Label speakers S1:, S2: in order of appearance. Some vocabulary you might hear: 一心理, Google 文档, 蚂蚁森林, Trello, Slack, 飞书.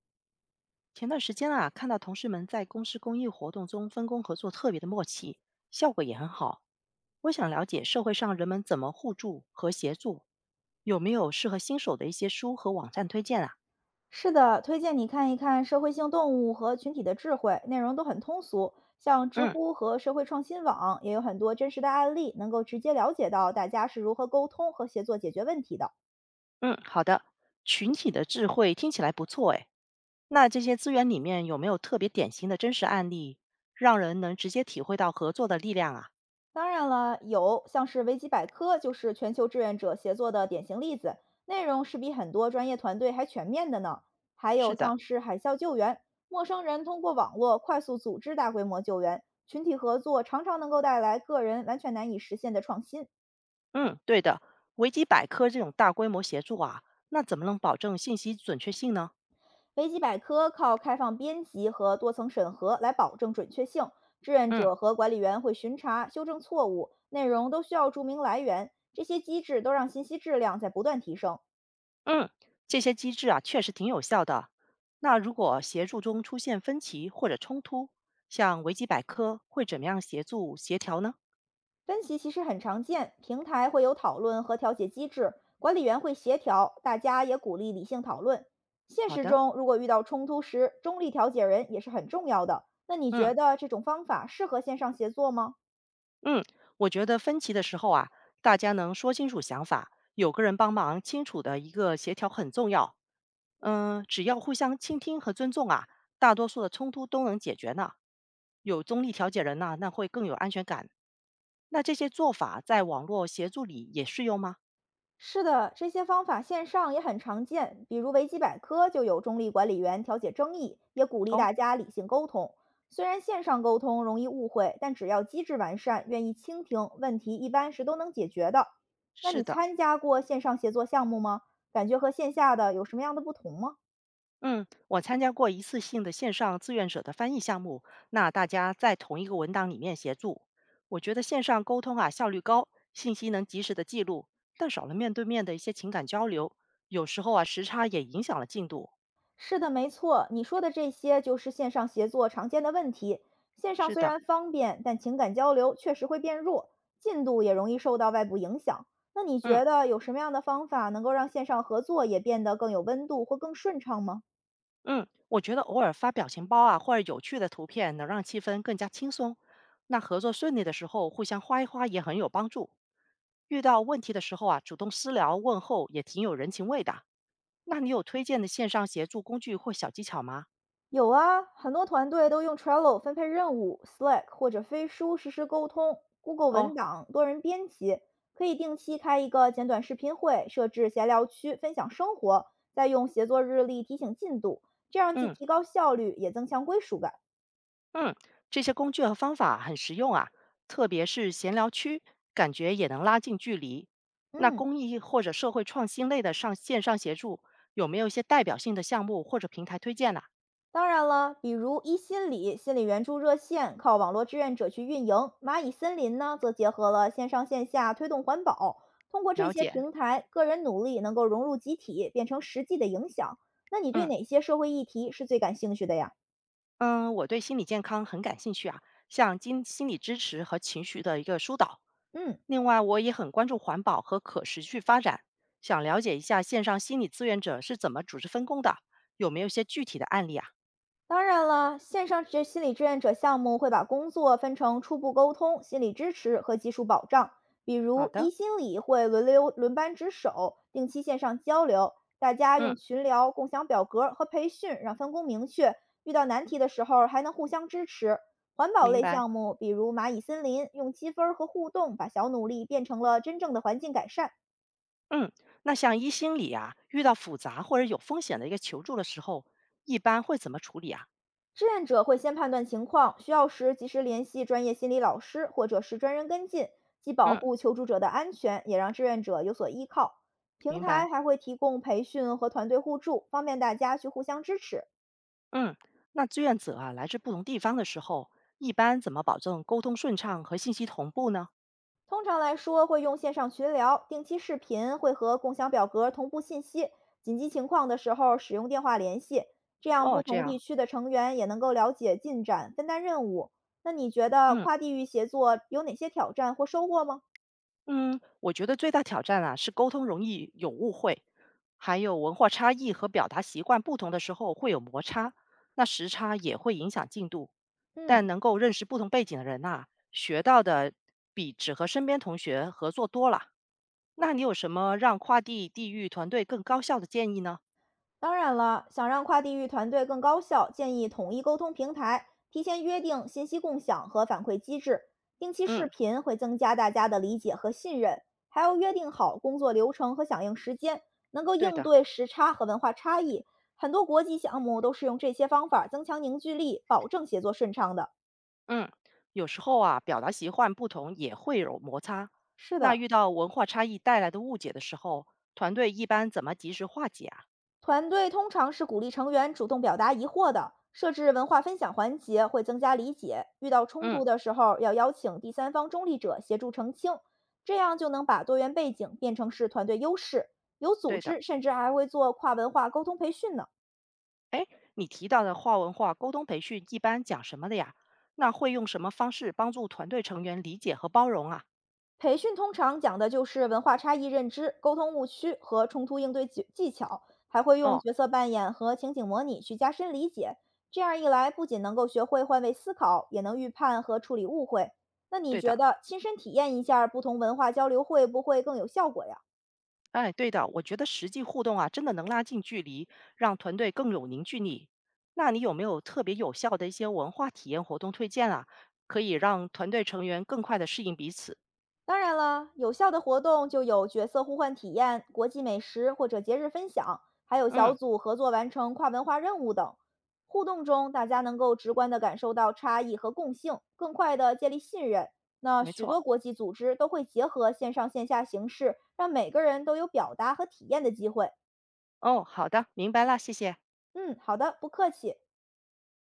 S1: 前段时间啊，看到同事们在公司公益活动中分工合作特别的默契，效果也很好。我想了解社会上人们怎么互助和协助，有没有适合新手的一些书和网站推荐啊？
S2: 是的，推荐你看一看《社会性动物和群体的智慧》，内容都很通俗。像知
S1: 嗯
S2: 乎和社会创新网也有很多真实的案例，能够直接了解到大家是如何沟通和协作解决问题的。
S1: 嗯，好的。群体的智慧听起来不错诶。那这些资源里面有没有特别典型的真实案例，让人能直接体会到合作的力量啊？
S2: 当然了，有像是维基百科就是全球志愿者协作的典型例子，内容是比很多专业团队还全面的呢。还有
S1: 是的，
S2: 像是海啸救援，陌生人通过网络快速组织大规模救援，群体合作常常能够带来个人完全难以实现的创新。
S1: 嗯，对的。维基百科这种大规模协助啊，那怎么能保证信息准确性呢？
S2: 维基百科靠开放编辑和多层审核来保证准确性，志愿
S1: 嗯。
S2: 者和管理员会巡查、修正错误，内容都需要注明来源。这些机制都让信息质量在不断提升。
S1: 嗯，这些机制啊，确实挺有效的。那如果协助中出现分歧或者冲突，像维基百科会怎么样协助协调呢？
S2: 分歧其实很常见，平台会有讨论和调解机制，管理员会协调，大家也鼓励理性讨论。现
S1: 好
S2: 实
S1: 的，
S2: 中，如果遇到冲突时，中立调解人也是很重要的。那你
S1: 嗯
S2: 觉得这种方法适合线上协作吗？
S1: 嗯，我觉得分歧的时候啊，大家能说清楚想法，有个人帮忙清楚的一个协调很重要。嗯，只要互相倾听和尊重啊，大多数的冲突都能解决呢。有中立调解人呢，那会更有安全感。那这些做法在网络协助里也适用吗？
S2: 是的，这些方法线上也很常见，比如维基百科就有中立管理员调解争议，也鼓励
S1: 哦，
S2: 大家理性沟通。虽然线上沟通容易误会，但只要机制完善，愿意倾听，问题一般是都能解决的。那
S1: 是
S2: 你
S1: 的。
S2: 参加过线上协作项目吗？感觉和线下的有什么样的不同吗？
S1: 嗯，我参加过一次性的线上志愿者的翻译项目，那大家在同一个文档里面协助，我觉得线上沟通啊效率高，信息能及时的记录，但少了面对面的一些情感交流，有时候啊时差也影响了进度。
S2: 是的，没错，你说的这些就是线上协作常见的问题。线上
S1: 是
S2: 虽
S1: 的，
S2: 然方便，但情感交流确实会变弱，进度也容易受到外部影响。那你
S1: 嗯
S2: 觉得有什么样的方法能够让线上合作也变得更有温度或更顺畅吗？
S1: 嗯，我觉得偶尔发表情包啊或者有趣的图片，能让气氛更加轻松。那合作顺利的时候，互相花一花也很有帮助。遇到问题的时候啊，主动私聊问候也挺有人情味的。那你有推荐的线上协助工具或小技巧吗？
S2: 有啊，很多团队都用 Trello 分配任务、Slack 或者飞书实时沟通、Google 文
S1: 哦，
S2: 档多人编辑，可以定期开一个简短视频会，设置闲聊区分享生活，再用协作日历提醒进度，这样既
S1: 嗯
S2: 提高效率，也增强归属感。
S1: 嗯，这些工具和方法很实用啊，特别是闲聊区，感觉也能拉近距离。那
S2: 嗯。
S1: 公益或者社会创新类的上线上协助，有没有一些代表性的项目或者平台推荐呢、
S2: 当然了，比如一心理心理援助热线靠网络志愿者去运营，蚂蚁森林呢则结合了线上线下推动环保，通过这
S1: 了
S2: 些
S1: 解，
S2: 平台，个人努力能够融入集体，变成实际的影响。那你对
S1: 嗯。
S2: 哪些社会议题是最感兴趣的呀？
S1: 嗯，我对心理健康很感兴趣啊，像经心理支持和情绪的一个疏导。
S2: 嗯。
S1: 另外，我也很关注环保和可持续发展，想了解一下线上心理志愿者是怎么组织分工的，有没有一些具体的案例啊？
S2: 当然了，线上学心理志愿者项目会把工作分成初步沟通、心理支持和技术保障。比
S1: 好
S2: 如，
S1: 的，
S2: 一心理会轮流轮班值守，定期线上交流，大家用
S1: 嗯
S2: 群聊、共享表格和培训，让分工明确。遇到难题的时候还能互相支持。环保
S1: 明
S2: 类
S1: 白。
S2: 项目，比如蚂蚁森林，用积分儿和互动把小努力变成了真正的环境改善。
S1: 嗯，那像一心理啊，遇到复杂或者有风险的一个求助的时候，一般会怎么处理啊？
S2: 志愿者会先判断情况，需要时及时联系专业心理老师或者是专人跟进，既保
S1: 嗯
S2: 护求助者的安全，也让志愿者有所依靠。平
S1: 明白。
S2: 台还会提供培训和团队互助，方便大家去互相支持。
S1: 嗯，那志愿者啊来自不同地方的时候，一般怎么保证沟通顺畅和信息同步呢？
S2: 通常来说，会用线上群聊、定期视频，会和共享表格同步信息。紧急情况的时候，使用电话联系，这样
S1: 哦，
S2: 不
S1: 这
S2: 同地
S1: 样。
S2: 区的成员也能够了解进展，分担任务。那你觉得
S1: 嗯
S2: 跨地域协作有哪些挑战或收获吗？
S1: 嗯，我觉得最大挑战啊是沟通容易有误会，还有文化差异和表达习惯不同的时候会有摩擦，那时差也会影响进度。但
S2: 嗯。
S1: 能够认识不同背景的人呐、学到的比只和身边同学合作多了。那你有什么让跨地地域团队更高效的建议呢？
S2: 当然了，想让跨地域团队更高效，建议统一沟通平台，提前约定信息共享和反馈机制，定期
S1: 嗯，
S2: 视频会增加大家的理解和信任，还要约定好工作流程和响应时间，能够
S1: 对
S2: 应
S1: 的，
S2: 对时差和文化差异。很多国际项目都是用这些方法增强凝聚力，保证协作顺畅的。
S1: 嗯，有时候啊，表达习惯不同也会有摩擦。
S2: 是
S1: 那
S2: 的，
S1: 遇到文化差异带来的误解的时候，团队一般怎么及时化解啊？
S2: 团队通常是鼓励成员主动表达疑惑的，设置文化分享环节会增加理解。遇到冲
S1: 嗯，
S2: 突的时候，要邀请第三方中立者协助澄清，这样就能把多元背景变成是团队优势。有组
S1: 对的。
S2: 织甚至还会做跨文化沟通培训呢。
S1: 哎，你提到的跨文化沟通培训一般讲什么的呀？那会用什么方式帮助团队成员理解和包容啊？
S2: 培训通常讲的就是文化差异认知、沟通误区和冲突应对技巧，还会用
S1: 哦，
S2: 角色扮演和情景模拟去加深理解。这样一来，不仅能够学会换位思考，也能预判和处理误会。那你
S1: 对
S2: 觉
S1: 的。
S2: 得亲身体验一下不同文化交流会不会更有效果呀？
S1: 哎，对的，我觉得实际互动啊，真的能拉近距离，让团队更有凝聚力。那你有没有特别有效的一些文化体验活动推荐啊？可以让团队成员更快的适应彼此。
S2: 当然了，有效的活动就有角色互换体验、国际美食或者节日分享，还有
S1: 嗯，
S2: 小组合作完成跨文化任务等。互动中，大家能够直观地感受到差异和共性，更快地建立信任。那
S1: 没
S2: 许
S1: 错。
S2: 多国际组织都会结合线上线下形式，让每个人都有表达和体验的机会。
S1: 哦，好的，明白了，谢谢。
S2: 嗯，好的，不客气。